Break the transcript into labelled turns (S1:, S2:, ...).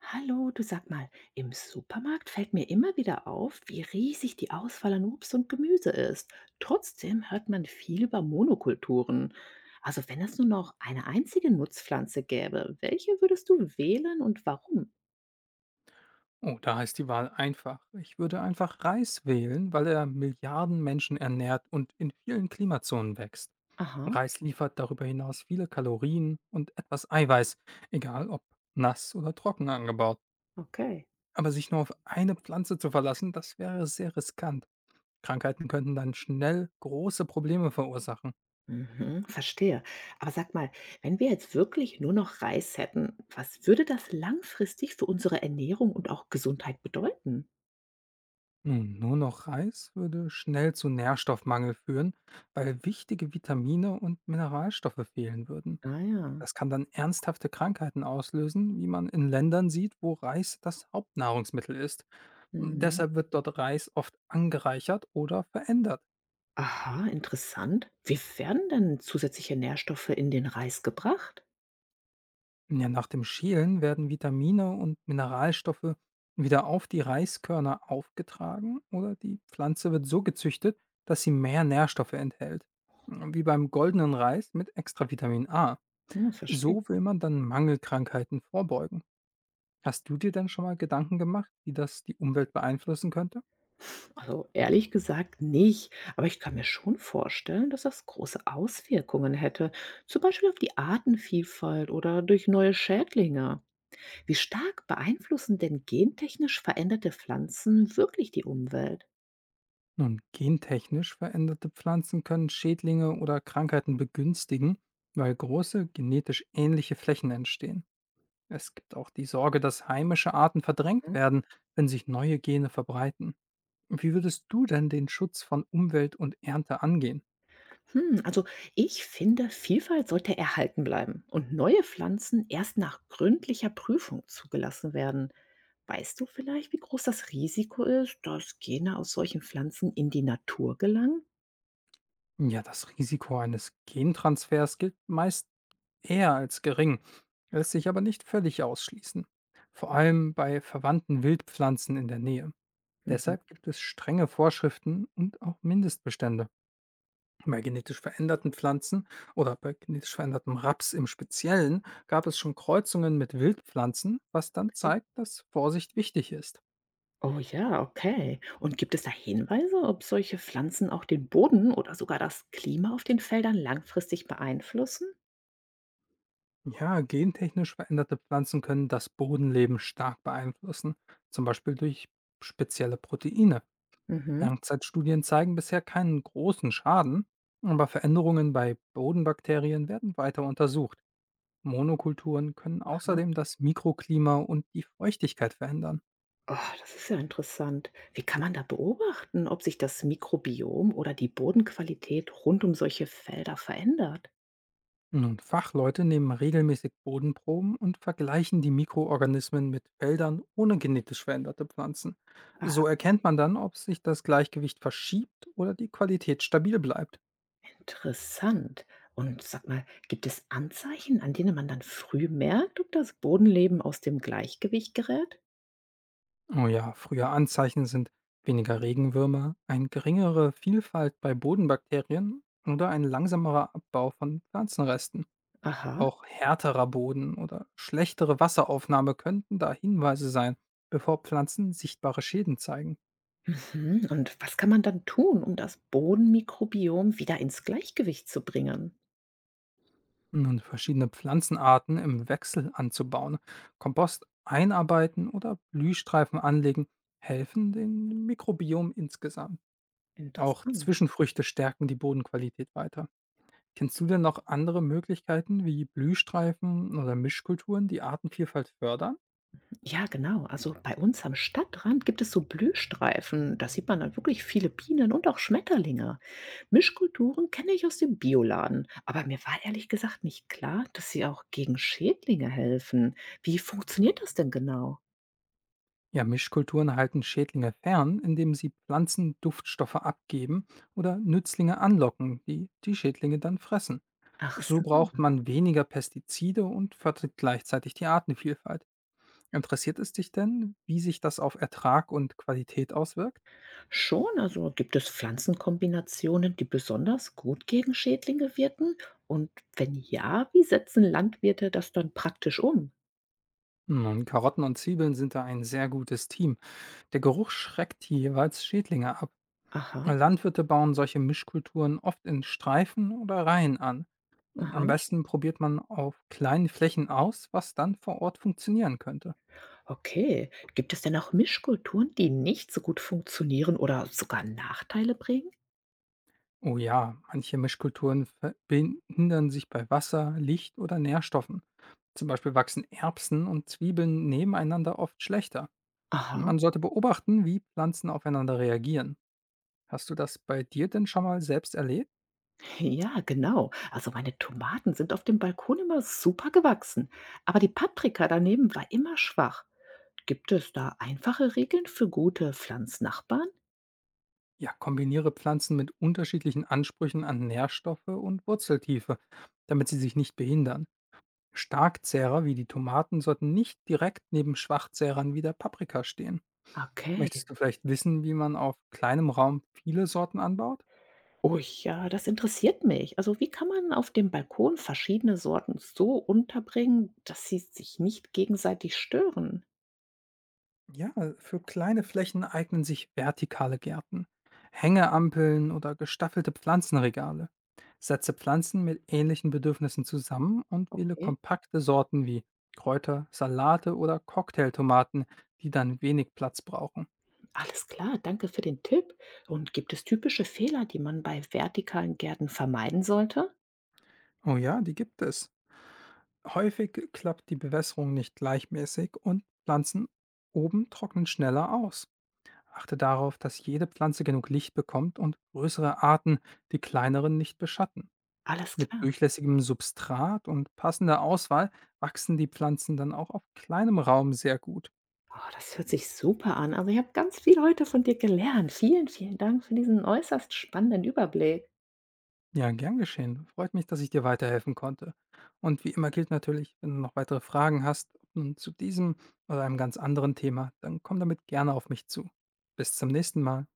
S1: Hallo, du, sag mal, im Supermarkt fällt mir immer wieder auf, wie riesig die Auswahl an Obst und Gemüse ist. Trotzdem hört man viel über Monokulturen. Also wenn es nur noch eine einzige Nutzpflanze gäbe, welche würdest du wählen und warum?
S2: Oh, da heißt die Wahl einfach. Ich würde einfach Reis wählen, weil er Milliarden Menschen ernährt und in vielen Klimazonen wächst.
S1: Aha,
S2: Reis liefert darüber hinaus viele Kalorien und etwas Eiweiß, egal ob nass oder trocken angebaut.
S1: okay.
S2: Aber sich nur auf eine Pflanze zu verlassen, das wäre sehr riskant. Krankheiten könnten dann schnell große Probleme verursachen.
S1: Mhm, verstehe. Aber sag mal, wenn wir jetzt wirklich nur noch Reis hätten, was würde das langfristig für unsere Ernährung und auch Gesundheit bedeuten?
S2: Nun, nur noch Reis würde schnell zu Nährstoffmangel führen, weil wichtige Vitamine und Mineralstoffe fehlen würden.
S1: Ah ja.
S2: Das kann dann ernsthafte Krankheiten auslösen, wie man in Ländern sieht, wo Reis das Hauptnahrungsmittel ist.
S1: Mhm.
S2: Deshalb wird dort Reis oft angereichert oder verändert.
S1: Aha, interessant. Wie werden denn zusätzliche Nährstoffe in den Reis gebracht?
S2: Ja, nach dem Schälen werden Vitamine und Mineralstoffe wieder auf die Reiskörner aufgetragen oder die Pflanze wird so gezüchtet, dass sie mehr Nährstoffe enthält. Wie beim goldenen Reis mit extra Vitamin A.
S1: Hm, verstehe.
S2: So will man dann Mangelkrankheiten vorbeugen. Hast du dir denn schon mal Gedanken gemacht, wie das die Umwelt beeinflussen könnte?
S1: Also ehrlich gesagt nicht, aber ich kann mir schon vorstellen, dass das große Auswirkungen hätte, zum Beispiel auf die Artenvielfalt oder durch neue Schädlinge. Wie stark beeinflussen denn gentechnisch veränderte Pflanzen wirklich die Umwelt?
S2: Nun, gentechnisch veränderte Pflanzen können Schädlinge oder Krankheiten begünstigen, weil große genetisch ähnliche Flächen entstehen. Es gibt auch die Sorge, dass heimische Arten verdrängt
S1: Hm,
S2: werden, wenn sich neue Gene verbreiten. Wie würdest du denn den Schutz von Umwelt und Ernte angehen?
S1: Hm, also ich finde, Vielfalt sollte erhalten bleiben und neue Pflanzen erst nach gründlicher Prüfung zugelassen werden. Weißt du vielleicht, wie groß das Risiko ist, dass Gene aus solchen Pflanzen in die Natur gelangen?
S2: Ja, das Risiko eines Gentransfers gilt meist eher als gering, lässt sich aber nicht völlig ausschließen. Vor allem bei verwandten Wildpflanzen in der Nähe.
S1: Mhm.
S2: Deshalb gibt es strenge Vorschriften und auch Mindestbestände. Bei genetisch veränderten Pflanzen oder bei genetisch verändertem Raps im Speziellen gab es schon Kreuzungen mit Wildpflanzen, was dann
S1: Okay.
S2: zeigt, dass Vorsicht wichtig ist.
S1: Oh ja, okay. Und gibt es da Hinweise, ob solche Pflanzen auch den Boden oder sogar das Klima auf den Feldern langfristig beeinflussen?
S2: Ja, gentechnisch veränderte Pflanzen können das Bodenleben stark beeinflussen, zum Beispiel durch spezielle Proteine.
S1: Mhm.
S2: Langzeitstudien zeigen bisher keinen großen Schaden, aber Veränderungen bei Bodenbakterien werden weiter untersucht. Monokulturen können
S1: Aha.
S2: außerdem das Mikroklima und die Feuchtigkeit verändern.
S1: Oh, das ist ja interessant. Wie kann man da beobachten, ob sich das Mikrobiom oder die Bodenqualität rund um solche Felder verändert?
S2: Nun, Fachleute nehmen regelmäßig Bodenproben und vergleichen die Mikroorganismen mit Feldern ohne genetisch veränderte Pflanzen. So erkennt man dann, ob sich das Gleichgewicht verschiebt oder die Qualität stabil bleibt.
S1: Interessant. Und sag mal, gibt es Anzeichen, an denen man dann früh merkt, ob das Bodenleben aus dem Gleichgewicht gerät?
S2: Oh ja, frühe Anzeichen sind weniger Regenwürmer, eine geringere Vielfalt bei Bodenbakterien oder ein langsamerer Abbau von Pflanzenresten.
S1: Aha.
S2: Auch härterer Boden oder schlechtere Wasseraufnahme könnten da Hinweise sein, bevor Pflanzen sichtbare Schäden zeigen.
S1: Mhm. Und was kann man dann tun, um das Bodenmikrobiom wieder ins Gleichgewicht zu bringen?
S2: Nun, verschiedene Pflanzenarten im Wechsel anzubauen, Kompost einarbeiten oder Blühstreifen anlegen, helfen dem Mikrobiom insgesamt. Auch
S1: Interessant.
S2: Zwischenfrüchte stärken die Bodenqualität weiter. Kennst du denn noch andere Möglichkeiten wie Blühstreifen oder Mischkulturen, die Artenvielfalt fördern?
S1: Ja, genau. Also ja, bei uns am Stadtrand gibt es so Blühstreifen. Da sieht man dann wirklich viele Bienen und auch Schmetterlinge. Mischkulturen kenne ich aus dem Bioladen. Aber mir war ehrlich gesagt nicht klar, dass sie auch gegen Schädlinge helfen. Wie funktioniert das denn genau?
S2: Ja, Mischkulturen halten Schädlinge fern, indem sie Pflanzen Duftstoffe abgeben oder Nützlinge anlocken, die die Schädlinge dann fressen.
S1: Ach
S2: So
S1: so.
S2: braucht man weniger Pestizide und fördert gleichzeitig die Artenvielfalt. Interessiert es dich denn, wie sich das auf Ertrag und Qualität auswirkt?
S1: Schon, also gibt es Pflanzenkombinationen, die besonders gut gegen Schädlinge wirken? Und wenn ja, wie setzen Landwirte das dann praktisch um?
S2: Nun, Karotten und Zwiebeln sind da ein sehr gutes Team. Der Geruch schreckt die jeweils Schädlinge ab.
S1: Aha,
S2: Landwirte bauen solche Mischkulturen oft in Streifen oder Reihen an.
S1: aha.
S2: Am besten probiert man auf kleinen Flächen aus, was dann vor Ort funktionieren könnte.
S1: Okay. Gibt es denn auch Mischkulturen, die nicht so gut funktionieren oder sogar Nachteile bringen?
S2: Oh ja, manche Mischkulturen verhindern sich bei Wasser, Licht oder Nährstoffen. Zum Beispiel wachsen Erbsen und Zwiebeln nebeneinander oft schlechter.
S1: Aha,
S2: Man sollte beobachten, wie Pflanzen aufeinander reagieren. Hast du das bei dir denn schon mal selbst erlebt?
S1: ja, genau. Also meine Tomaten sind auf dem Balkon immer super gewachsen, aber die Paprika daneben war immer schwach. Gibt es da einfache Regeln für gute Pflanznachbarn?
S2: Ja, kombiniere Pflanzen mit unterschiedlichen Ansprüchen an Nährstoffe und Wurzeltiefe, damit sie sich nicht behindern. Starkzehrer wie die Tomaten sollten nicht direkt neben Schwachzehrern wie der Paprika stehen.
S1: Okay.
S2: Möchtest du vielleicht wissen, wie man auf kleinem Raum viele Sorten anbaut?
S1: Oh ja, das interessiert mich. Also wie kann man auf dem Balkon verschiedene Sorten so unterbringen, dass sie sich nicht gegenseitig stören?
S2: Ja, für kleine Flächen eignen sich vertikale Gärten, Hängeampeln oder gestaffelte Pflanzenregale. Setze Pflanzen mit ähnlichen Bedürfnissen zusammen und wähle
S1: Okay.
S2: kompakte Sorten wie Kräuter, Salate oder Cocktailtomaten, die dann wenig Platz brauchen.
S1: Alles klar, danke für den Tipp. Und gibt es typische Fehler, die man bei vertikalen Gärten vermeiden sollte?
S2: Oh ja, die gibt es. Häufig klappt die Bewässerung nicht gleichmäßig und Pflanzen oben trocknen schneller aus. Achte darauf, dass jede Pflanze genug Licht bekommt und größere Arten die kleineren nicht beschatten.
S1: Alles
S2: Mit
S1: klar.
S2: durchlässigem Substrat und passender Auswahl wachsen die Pflanzen dann auch auf kleinem Raum sehr gut.
S1: Oh, das hört sich super an. Also ich habe ganz viel heute von dir gelernt. Vielen, vielen Dank für diesen äußerst spannenden Überblick.
S2: Ja, gern geschehen. Freut mich, dass ich dir weiterhelfen konnte. Und wie immer gilt natürlich, wenn du noch weitere Fragen hast, ob nun zu diesem oder einem ganz anderen Thema, dann komm damit gerne auf mich zu. Bis zum nächsten Mal.